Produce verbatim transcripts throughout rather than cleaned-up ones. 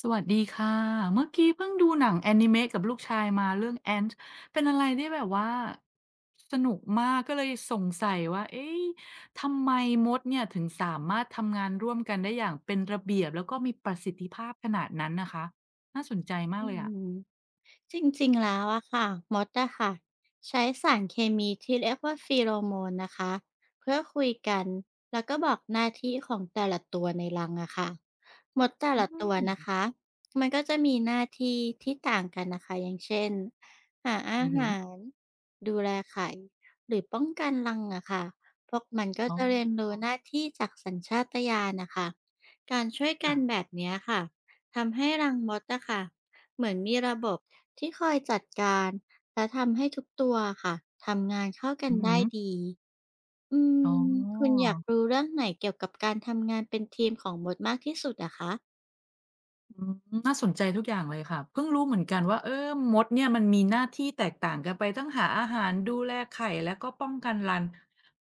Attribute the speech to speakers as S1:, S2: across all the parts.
S1: สวัสดีค่ะเมื่อกี้เพิ่งดูหนังแอนิเมะกับลูกชายมาเรื่อง เอ เอ็น ที เป็นอะไรที่แบบว่าสนุกมากก็เลยสงสัยว่าเอ๊ะทำไมมดเนี่ยถึงสามารถทำงานร่วมกันได้อย่างเป็นระเบียบแล้วก็มีประสิทธิภาพขนาดนั้นนะคะน่าสนใจมาก
S2: อื
S1: เลยอะ
S2: มจริงๆแล้วอะค่ะมดอะค่ะใช้สารเคมีที่เรียกว่าฟีโรโมนนะคะเพื่อคุยกันแล้วก็บอกหน้าที่ของแต่ละตัวในรังอะค่ะมดแต่
S1: อื
S2: ละตัว
S1: ม
S2: นะคะมันก็จะมีหน้าที่ที่ต่างกันนะคะอย่างเช่นหาอา
S1: อือหือ
S2: หารดูแลไข่หรือป้องกันรังอะค่ะพวกมันก็
S1: อ๋อ
S2: จะเรียนรู้หน้าที่จากสัญชาตญาณนะคะการช่วยกันแบ
S1: ค่ะ
S2: บเนี้ยค่ะทำให้รังมดอะค่ะ เหมือนมีระบบที่คอยจัดการและทำให้ทุกตัวค่ะทำงานเข้ากั
S1: อื
S2: น
S1: อหื
S2: ได้
S1: อ
S2: ดีอื
S1: อ๋อ
S2: มคุณอยากรู้เรื่องไหนเกี่ยวกับการทำงานเป็นทีมของมดมากที่สุดอะคะ
S1: อืมน่าสนใจทุกอย่างเลยค่ะเพิ่งรู้เหมือนกันว่าเออมดเนี่ยมันมีหน้าที่แตกต่างกันไปทั้งหาอาหารดูแลไข่แล้วก็ป้องกันรัง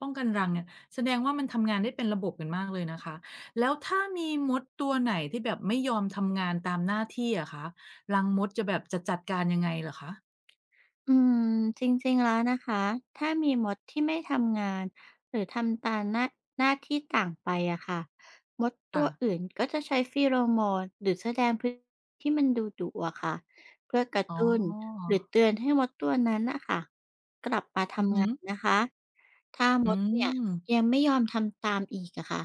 S1: ป้องกันรังเนี่ยแสดงว่ามันทำงานได้เป็นระบบกันมากเลยนะคะแล้วถ้ามีมดตัวไหนที่แบบไม่ยอมทำงานตามหน้าที่อะคะรังมดจะแบบจะจัดการยังไงเหรอคะ
S2: อืมจริงๆแล้วนะคะถ้ามีมดที่ไม่ทำงานหรือทำตามหน้าหน้าที่ต่างไปอะค่ะมดตั
S1: ค่ะ
S2: วอื่นก็จะใช้ฟีโรโมนหรือแสดงพฤติกรรมที่มันดูดุอะค่ะเพื่อกระ
S1: อ๋อ
S2: ตุ้นหรือเตือนให้มดตัวนั้นนะค่ะกลับมา
S1: อือ
S2: ทำ
S1: ฮึ
S2: งานนะคะถ้าม
S1: อื
S2: ดเนี่ย
S1: ม
S2: ยังไม่ยอมทำตามอีกอะค่ะ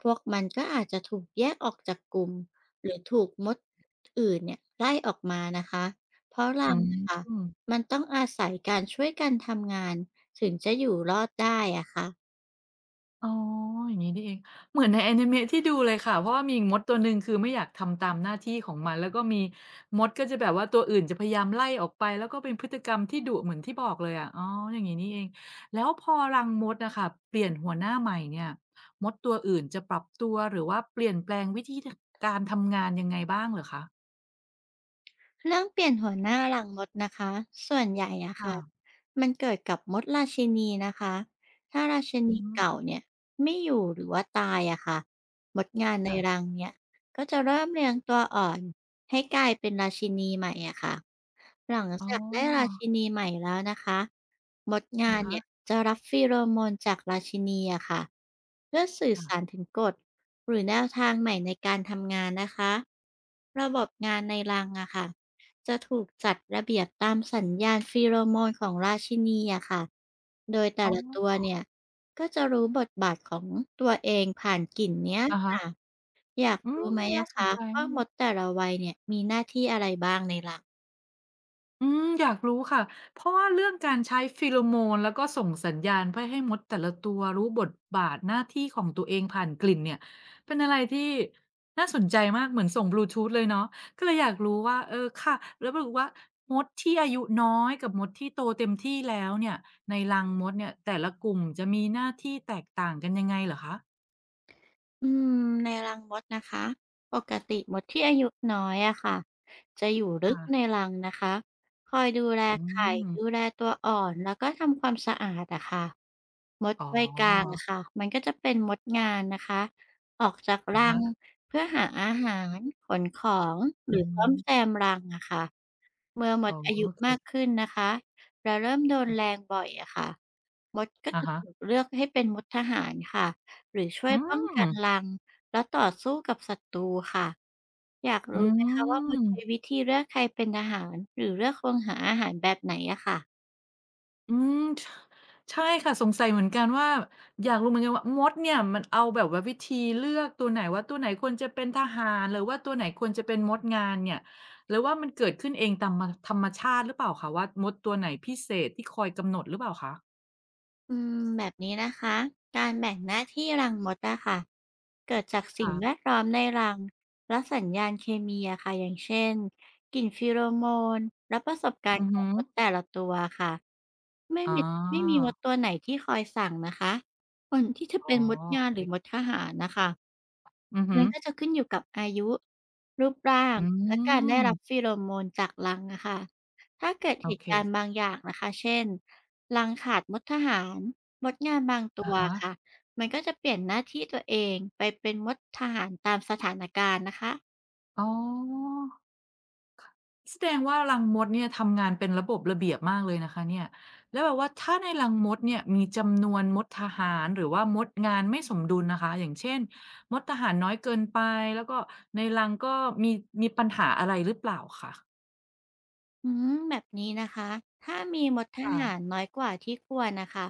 S2: พวกมันก็อาจจะถูกแยกออกจากกลุ่มหรือถูกมดอื่นเนี่ยไล่ออกมานะคะเพราะ
S1: อื
S2: รังนะค่ะ
S1: ม
S2: มันต้องอาศัยการช่วยกันทำงานถึงจะอยู่รอดได้อะคะ
S1: อ๋ออย่างงี้นี่เองเหมือนในแอนิเมะที่ดูเลยค่ะเพราะว่ามีมดตัวหนึ่งคือไม่อยากทำตามหน้าที่ของมันแล้วก็มีมดก็จะแบบว่าตัวอื่นจะพยายามไล่ออกไปแล้วก็เป็นพฤติกรรมที่ดุเหมือนที่บอกเลยอะอ๋ออย่างงี้นี่เองแล้วพอรังมดน่ะค่ะเปลี่ยนหัวหน้าใหม่เนี่ยมดตัวอื่นจะปรับตัวหรือว่าเปลี่ยนแปลงวิธีทการทำงานยังไงบ้างเหรอคะ
S2: เรื่องเปลี่ยนหัวหน้าหลังมดนะคะส่วนใหญ่อะ
S1: ค่ะ
S2: ค่ะมันเกิดกับมดราชินีนะคะถ้าราชิ
S1: อื
S2: นี
S1: ม
S2: เก่าเนี่ยไม่อยู่หรือว่าตายอะค่ะมดงานในรั
S1: ค่ะ
S2: งเนี่ยก็จะเริ่มเรียงตัวอ่อนให้กลายเป็นราชินีใหม่อะค่ะหลัง
S1: อ๋
S2: จากได้รา
S1: อ
S2: ชินีใหม่แล้วนะคะมดงา
S1: อะ
S2: น
S1: ฮะ
S2: เนี่ยจะรับฟีโรโมนจากราชินีอะค่ะเพื่อสื่อ
S1: ค่ะ
S2: สารถึงกฎหรือแนวทางใหม่ในการทำงานนะคะระบบงานในรังอะค่ะ จะถูกจัดระเบียบตามสัญญาณฟีโรโมนของราชินีอะค่ะ โดยแต่
S1: อ๋
S2: ละตัว
S1: อ
S2: เนี่ยก็จะรู้บทบาทของตัวเองผ่านกลิ่นเนี้ย
S1: อะฮะ
S2: ค่ะ อยาก
S1: อื
S2: รู้ไห
S1: ม
S2: ม
S1: น่า
S2: อะ
S1: สน
S2: คะ
S1: ใจ
S2: ว่ามดแต่ละวัยเนี่ยมีหน้าที่อะไรบ้างในรัง
S1: อืมอยากรู้ค่ะ เพราะว่าเรื่องการใช้ฟีโรโมนแล้วก็ส่งสัญญาณเพื่อให้มดแต่ละตัวรู้บทบาทหน้าที่ของตัวเองผ่านกลิ่นเนี่ยเป็นอะไรที่น่าสนใจมากเหมือนส่งบลูทูธเลยเนาะก็เลยอยากรู้ว่าเออค่ะแล้วรู้ว่ามดที่อายุน้อยกับมดที่โตเต็มที่แล้วเนี่ยในรังมดเนี่ยแต่ละกลุ่มจะมีหน้าที่แตกต่างกันยังไงเหรอคะ
S2: อืมในรังมดนะคะปกติมดที่อายุน้อยอะค่ะจะอยู่ลึกใน
S1: ค่ะ
S2: รังนะคะคอยดูแล
S1: อื
S2: ไข่
S1: ม
S2: ดูแลตัวอ่อนแล้วก็ทำความสะอาดอะค่ะมด
S1: อ๋อ
S2: วัยกลางอะค่ะมันก็จะเป็นมดงานนะคะออกจาก
S1: อะ
S2: รั
S1: ฮะ
S2: งเพื่อหาอาหารขนของห
S1: อื
S2: รือซ่อมแซ
S1: ม
S2: มรังอะค่ะ เมื่อหม
S1: อ๋อ
S2: ดอายุ
S1: โอเค
S2: มากขึ้นนะคะและเริ่มโดนแรงบ่อยอะค่ะมดก็
S1: อะ
S2: จะ
S1: ฮะ
S2: ถูกเลือกให้เป็นมดทหารค่ะหรือช่ว
S1: อื
S2: ยป้อง
S1: ม
S2: กันรังแล้วต่อสู้กับศัตรูค่ะอยาก
S1: อื
S2: รู้ไหมคะว่ามดใช้วิ
S1: ม
S2: ธีเลือกใครเป็นทหารหรือเลือกคงหาอาหารแบบไหนอะค่ะ
S1: อืมชใช่ค่ะสงสัยเหมือนกันว่าอยากรู้เหมือนกันว่ามดเนี่ยมันเอาแบบว่าวิธีเลือกตัวไหนว่าตัวไหนควรจะเป็นทหารหรือว่าตัวไหนควรจะเป็นมดงานเนี่ยหรือว่ามันเกิดขึ้นเองตามมธรรมชาติหรือเปล่าคะว่ามดตัวไหนพิเศษที่คอยกำหนดหรือเปล่าคะ
S2: อืมแบบนี้นะคะ การแบ่งหน้าที่รังมดอะค่ะเกิดจากสิ่ง
S1: ค่ะ
S2: แวดล้อมในรังและสัญญาณเคมีอะค่ะอย่างเช่นกลิ่นฟีโรโมนและประสบการ
S1: อื
S2: ณ์
S1: อ
S2: ขอ
S1: ฮึ
S2: งมดแต่ละตัวค่ะ ไม่
S1: อ๋
S2: มีไม่มีม
S1: อ
S2: ดตัวไหนที่คอยสั่งนะคะ คนที่จะ
S1: อ๋อ
S2: เป็นมด
S1: โอ
S2: งาน
S1: เค
S2: หรือมดทหารนะคะ
S1: อือฮึ
S2: มันก็จะขึ้นอยู่กับอายุรูปร่า
S1: อื
S2: งและการได้รับ
S1: ม
S2: ฟีโรโมนจากรังอะค่ะถ้าเกิด
S1: โอ
S2: เห
S1: เค
S2: ตุการณ์บางอย่างนะคะ เช่นรังขาดมดทหารมดงานบางตั
S1: อะ
S2: ว
S1: ฮะ
S2: ค่ะ มันก็จะเปลี่ยนหน้าที่ตัวเองไปเป็นมดทหารตามสถานการณ์นะคะ
S1: อ๋อ แสดงว่ารังมดเนี่ยทำงานเป็นระบบระเบียบมากเลยนะคะเนี่ยแล้วแบบว่าถ้าในรังมดเนี่ยมีจำนวนมดทหารหรือว่ามดงานไม่สมดุลนะคะอย่างเช่นมดทหารน้อยเกินไปแล้วก็ในรังก็มีมีปัญหาอะไรหรือเปล่าคะ
S2: อืมแบบนี้นะคะ ถ้ามีมดท
S1: ค่ะ
S2: หารน้อยกว่าที่ควรนะคะ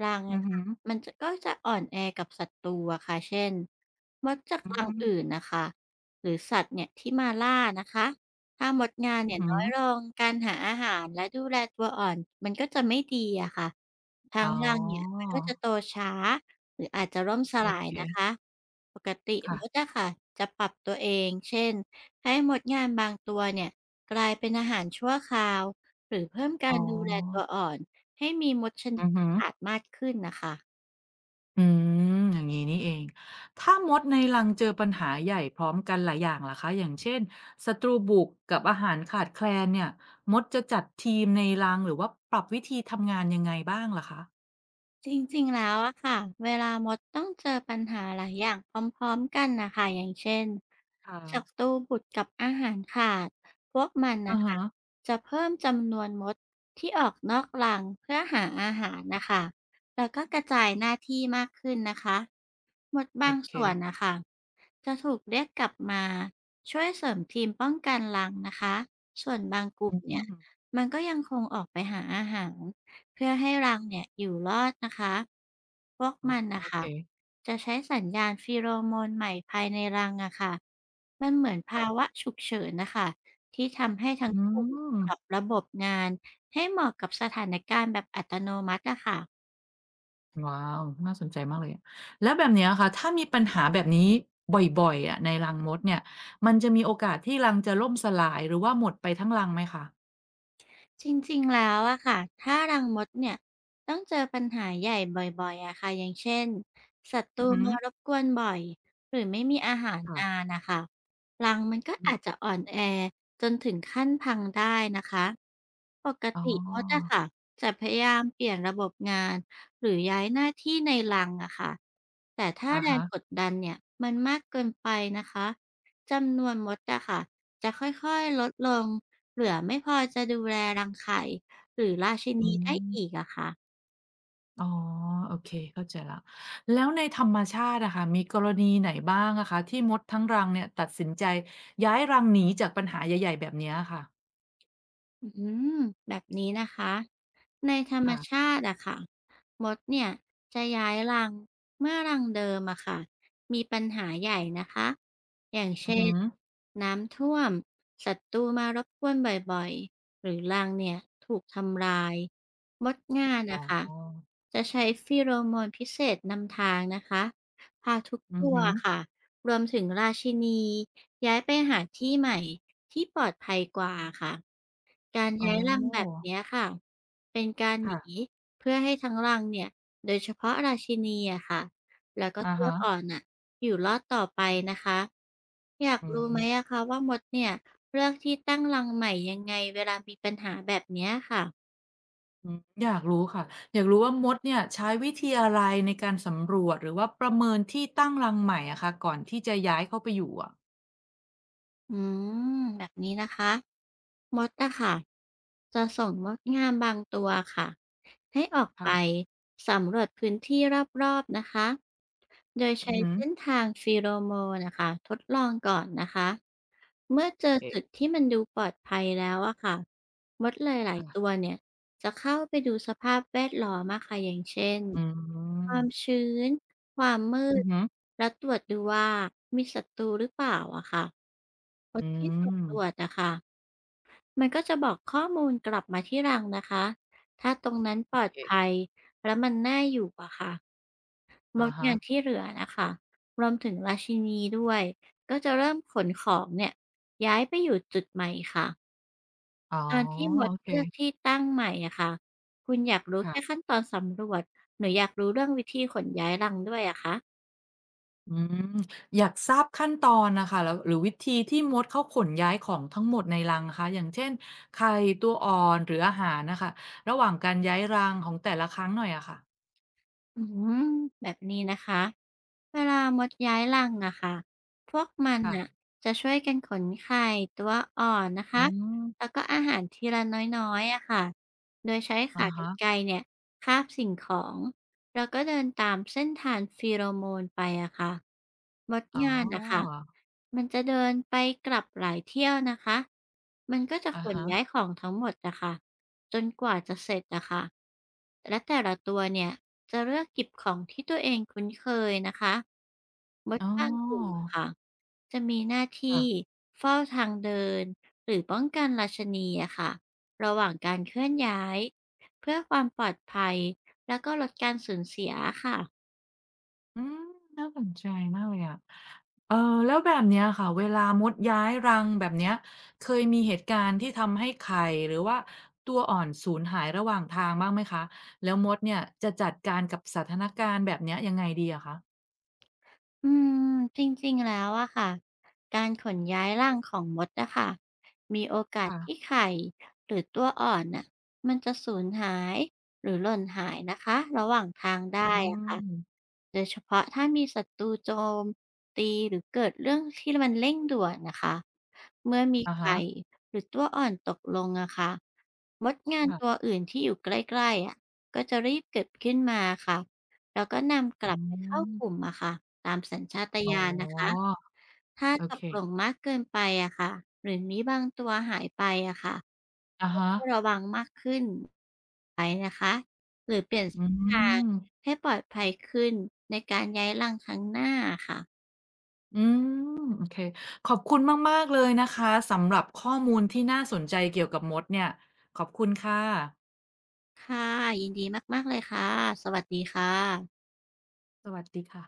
S2: รัง
S1: อือ
S2: อะ
S1: ฮึ
S2: ค่ะมันจะก็จะอ่อนแอกับศัตรูอะค่ะเช่นมดจาก
S1: อื
S2: รัง
S1: ม
S2: อื่นนะคะหรือสัตว์เนี่ยที่มาล่านะคะถ้ามดงาน
S1: อื
S2: เนี่
S1: อ
S2: ย
S1: ฮึ
S2: น้อยลงการหาอาหารและดูแลตัวอ่อนมันก็จะไม่ดีอะค่ะทั้
S1: อ๋อ
S2: งรังเนี่ยมันก็จะโตช้าหรืออาจจะล่มส
S1: โอ
S2: ลาย
S1: เค
S2: นะคะปกติมด
S1: ค่ะ
S2: อะค่ะจะปรับตัวเองเช่นให้มดงานบางตัวเนี่ย กลายเป็นอาหารชั่วคราวหรือเพิ่ม
S1: อ๋
S2: การดูแลตัว
S1: อ
S2: อ่อนให้มีมดชนิ
S1: อื
S2: ด
S1: อฮึ
S2: ที่ขาดมากขึ้นนะคะ
S1: อืมอย่างงี้นี่เองถ้ามดในรังเจอปัญหาใหญ่พร้อมกันหลายอย่างล่ะคะอย่างเช่นศัตรูบุกกับอาหารขาดแคลนเนี่ยมดจะจัดทีมในรังหรือว่าปรับวิธีทำงานยังไงบ้างล่ะคะ
S2: จริงๆแล้วอะค่ะเวลามดต้องเจอปัญหาหลายอย่างพร้อมๆกันนะค่ะอย่างเช่น
S1: ค่ะ
S2: ศัตรูบุตรกับอาหารขาดพวกมัน
S1: อา
S2: นะคะ
S1: ฮะ
S2: จะเพิ่มจำนวนมดที่ออกนอกรังเพื่อหาอาหารนะคะแล้วก็กระจายหน้าที่มากขึ้นนะคะมด
S1: โอ
S2: บาง
S1: เค
S2: ส่วนนะคะจะถูกเรียกกลับมาช่วยเสริมทีมป้องกันรังนะคะส่วนบางกลุ่
S1: อื
S2: มเนี่ย
S1: ม
S2: มันก็ยังคงออกไปหาอาหาร เพื่อให้รังเนี่ยอยู่รอดนะคะ พวกมัน
S1: โอโอ
S2: นะ
S1: เค
S2: คะจะใช้สัญญาณฟีโรโมนใหม่ภายในรังอะค่ะมันเหมือน
S1: ค่ะ
S2: ภาวะฉุกเฉินนะคะที่ทำให้ทั้
S1: อื
S2: งกลุ่ม
S1: ม
S2: ปรับระบบงานให้เหมาะกับสถานการณ์แบบอัตโนมัติอะค่ะ
S1: ว้าวน่าสนใจมากเลยอะแล้วแบบเนี้ยค่ะถ้ามีปัญหาแบบนี้บ่อยๆอะในรังมดเนี่ยมันจะมีโอกาสที่รังจะล่มสลายหรือว่าหมดไปทั้งรังไหมคะ
S2: จริงๆ แล้วอะค่ะ ถ้ารังมดเนี่ยต้องเจอปัญหาใหญ่บ่อยๆอะค่ะอย่างเช่นศัตรู
S1: อื
S2: มา
S1: ม
S2: รบกวนบ่อยหรือไม่มีอาหารนา
S1: ค่ะ
S2: นนะคะรังมันก็อาจจะอ่อนแอจนถึงขั้นพังได้นะคะปก
S1: อ๋
S2: ติมดอะ
S1: อ
S2: ค่ะจะพยายามเปลี่ยนระบบงานหรือย้ายหน้าที่ในรังอะค่ะแต่ถ้า
S1: อะ
S2: แรง
S1: ฮะ
S2: กดดันเนี่ยมันมากเกินไปนะคะจำนวนมดอะค่ะจะค่อยๆลดลง เหลือไม่พอจะดูแลรังไข่หรือราชิ
S1: อื
S2: นีได้
S1: ม
S2: อีกอะคะ
S1: อ๋อโอเคเข้าใจแล้ว แล้วในธรรมชาติอะค่ะมีกรณีไหนบ้างอะคะที่มดทั้งรังเนี่ยตัดสินใจย้ายรังหนีจากปัญหาใหญ่ๆแบบเนี้ยอะค่ะ
S2: อืมแบบนี้นะคะในธรรม
S1: ค่ะ
S2: ชาติอะค่ะมดเนี่ยจะย้ายรังเมื่อรังเดิมอะค่ะมีปัญหาใหญ่นะคะอย่าง
S1: อือ
S2: เช่
S1: ฮึ
S2: นน้ำท่วมศัตรูมารบกวนบ่อยๆหรือรังเนี่ยถูกทำลายมดงาน
S1: อ๋
S2: นะคะ
S1: อ
S2: จะใช้ฟีโรโมนพิเศษนำทางนะคะพาทุก
S1: อือ
S2: ตัว
S1: ฮึ
S2: ค่ะรวมถึงราชินีย้ายไปหาที่ใหม่ที่ปลอดภัยกว่าค่ะ การ
S1: อ๋อ
S2: ย้ายรังแบบเนี้ยค่ะ เป็นการห
S1: ค่ะ
S2: นีเพื่อให้ทั้งรังเนี่ยโดยเฉพาะราชินีอะค่ะ แล้วก็
S1: อะ
S2: ตัว
S1: ฮะ
S2: อ่อนน่ะอยู่รอดต่อไปนะคะ อยาก
S1: อื
S2: รู้ไหม
S1: ม
S2: อะคะว่ามดเนี่ยเลือกที่ตั้งรังใหม่ยังไงเวลามีปัญหาแบบเนี้ยค่ะ
S1: อืมอยากรู้ค่ะอยากรู้ว่ามดเนี่ยใช้วิธีอะไรในการสำรวจหรือว่าประเมินที่ตั้งรังใหม่อะค่ะก่อนที่จะย้ายเข้าไปอยู่อะ
S2: อืมแบบนี้นะคะมดอะค่ะจะส่งมดงามบางตัวค่ะให้ออกไป
S1: ค่ะ
S2: สำรวจพื้นที่รอบๆนะคะโดย
S1: อือ
S2: ใช้
S1: ฮึ
S2: เส้นทางฟีโรโมนนะคะทดลองก่อนนะคะเมื่อเจ
S1: โอ
S2: อจุด
S1: เค
S2: ที่มันดูปลอดภัยแล้วอะค่ะมดหลายๆตัว
S1: ค่ะ
S2: เนี่ยจะเข้าไปดูสภาพแวดล้อมอะค่ะอย่างเช่น
S1: อื
S2: ความ
S1: ม
S2: ชื้นความมื
S1: อื
S2: ด
S1: อฮึ
S2: และตรวจดูว่ามีศัตรูหรือเปล่าอะค่ะ ผ
S1: อื
S2: ลที่
S1: ม
S2: สำรวจอะค่ะมันก็จะบอกข้อมูลกลับมาที่รังนะคะ ถ้าตรงนั้นป
S1: โอ
S2: ลอด
S1: เค
S2: ภัยแล้วมันน่าอยู่อะค่ะม
S1: อะ
S2: ด
S1: ฮะ
S2: งานที่เหลือนะคะรวมถึงราชินีด้วยก็จะเริ่มขนของเนี่ยย้ายไปอยู่จุดใหม่ค่ะ
S1: อ๋อ
S2: ตอนที่หม
S1: โอ
S2: ด
S1: เค
S2: เลือกที่ตั้งใหม่อะค่ะคุณอยากรู้แค่ขั้
S1: ค่ะ
S2: นตอนสำรวจหรืออยากรู้เรื่องวิธีขนย้ายรังด้วยอะคะ
S1: อืมอยากทราบขั้นตอนน่ะค่ะแล้วหรือวิธีที่มดเขาขนย้ายของทั้งหมดในรังคะอย่างเช่นไข่ตัวอ่อนหรืออาหารน่ะค่ะระหว่างการย้ายรังของแต่ละครั้งหน่อยอะค่ะ
S2: อืมแบบนี้นะคะ เวลามดย้ายรังอะค่ะพวกมันอ่ะ
S1: ค่ะ
S2: จะช่วยกันขนไข่ตัวอ่อนนะคะ
S1: อืม
S2: แล้วก็อาหารทีละน้อยๆอะค่ะโดยใช้ขา
S1: อะ
S2: กร
S1: ฮะ
S2: รไกรเนี่ยคาบสิ่งของ เราก็เดินตามเส้นทางฟีโรโมนไปอะค่ะมด
S1: อ๋อ
S2: งานอะค่ะมันจะเดินไปกลับหลายเที่ยวนะคะมันก็จะ
S1: อะ
S2: ขน
S1: ฮะ
S2: ย้ายของทั้งหมดอะค่ะจนกว่าจะเสร็จอะค่ะและแต่ละตัวเนี่ยจะเลือกหยิบของที่ตัวเองคุ้นเคยนะคะมด
S1: อ๋
S2: บางกลุ่ม
S1: อ
S2: อะค่ะจะมีหน้า
S1: ค่ะ
S2: ที่เฝ้าทางเดินหรือป้องกันราชนีอะค่ะระหว่างการเคลื่อนย้ายเพื่อความปลอดภัย แล้วก็ลดการสูญเสียอะค่ะ
S1: อืมน่าสนใจมากเลยอะเออแล้วแบบเนี้ยค่ะเวลามดย้ายรังแบบเนี้ยเคยมีเหตุการณ์ที่ทำให้ไข่หรือว่าตัวอ่อนสูญหายระหว่างทางบ้างไหมคะแล้วมดเนี่ยจะจัดการกับสถานการณ์แบบเนี้ยยังไงดีอะคะ
S2: อืม จริงๆ แล้วอะค่ะ การขนย้ายรังของมดอะค่ะมีโอกาสที่
S1: ค่ะ
S2: ไข่หรือตัวอ่อนน่ะมันจะสูญหายหรือหล่นหายนะคะระหว่างทาง
S1: อื
S2: ได้อะค่ะ
S1: ม
S2: โดยเฉพาะถ้ามีศัตรูโจมตีหรือเกิดเรื่องที่มันเร่งด่วนนะคะเมื่อมี
S1: อะฮะ
S2: ไข่หรือตัวอ่อนตกลงอะค่ะมดงานตัว
S1: ค่ะ
S2: อื่นที่อยู่ใกล้ๆอะก็จะรีบเก็บขึ้นมาค่ะแล้วก็นำก
S1: อื
S2: ลับไปเข้า
S1: ม
S2: กลุ่มอะค่ะตามสัญชาต
S1: อ๋อ
S2: ญาณนะคะถ้า
S1: โอ
S2: ต
S1: เค
S2: กหลงมากเกินไปอะค่ะหรือมีบางตัวหายไปอะค่ะ
S1: อะฮะ
S2: ก็ระวังมากขึ้นไปนะคะหรือเปลี่ยน
S1: อื
S2: เส้นทาง
S1: ม
S2: ให้ปลอดภัยขึ้นในการย้ายรังครั้งหน้าค่ะ
S1: อืมโอเคขอบคุณมากๆเลยนะคะสำหรับข้อมูลที่น่าสนใจเกี่ยวกับมดเนี่ยขอบคุณค่ะ
S2: ค่ะ ยินดีมากๆเลยค่ะ สวัสดีค่ะ
S1: สวัสดีค่ะ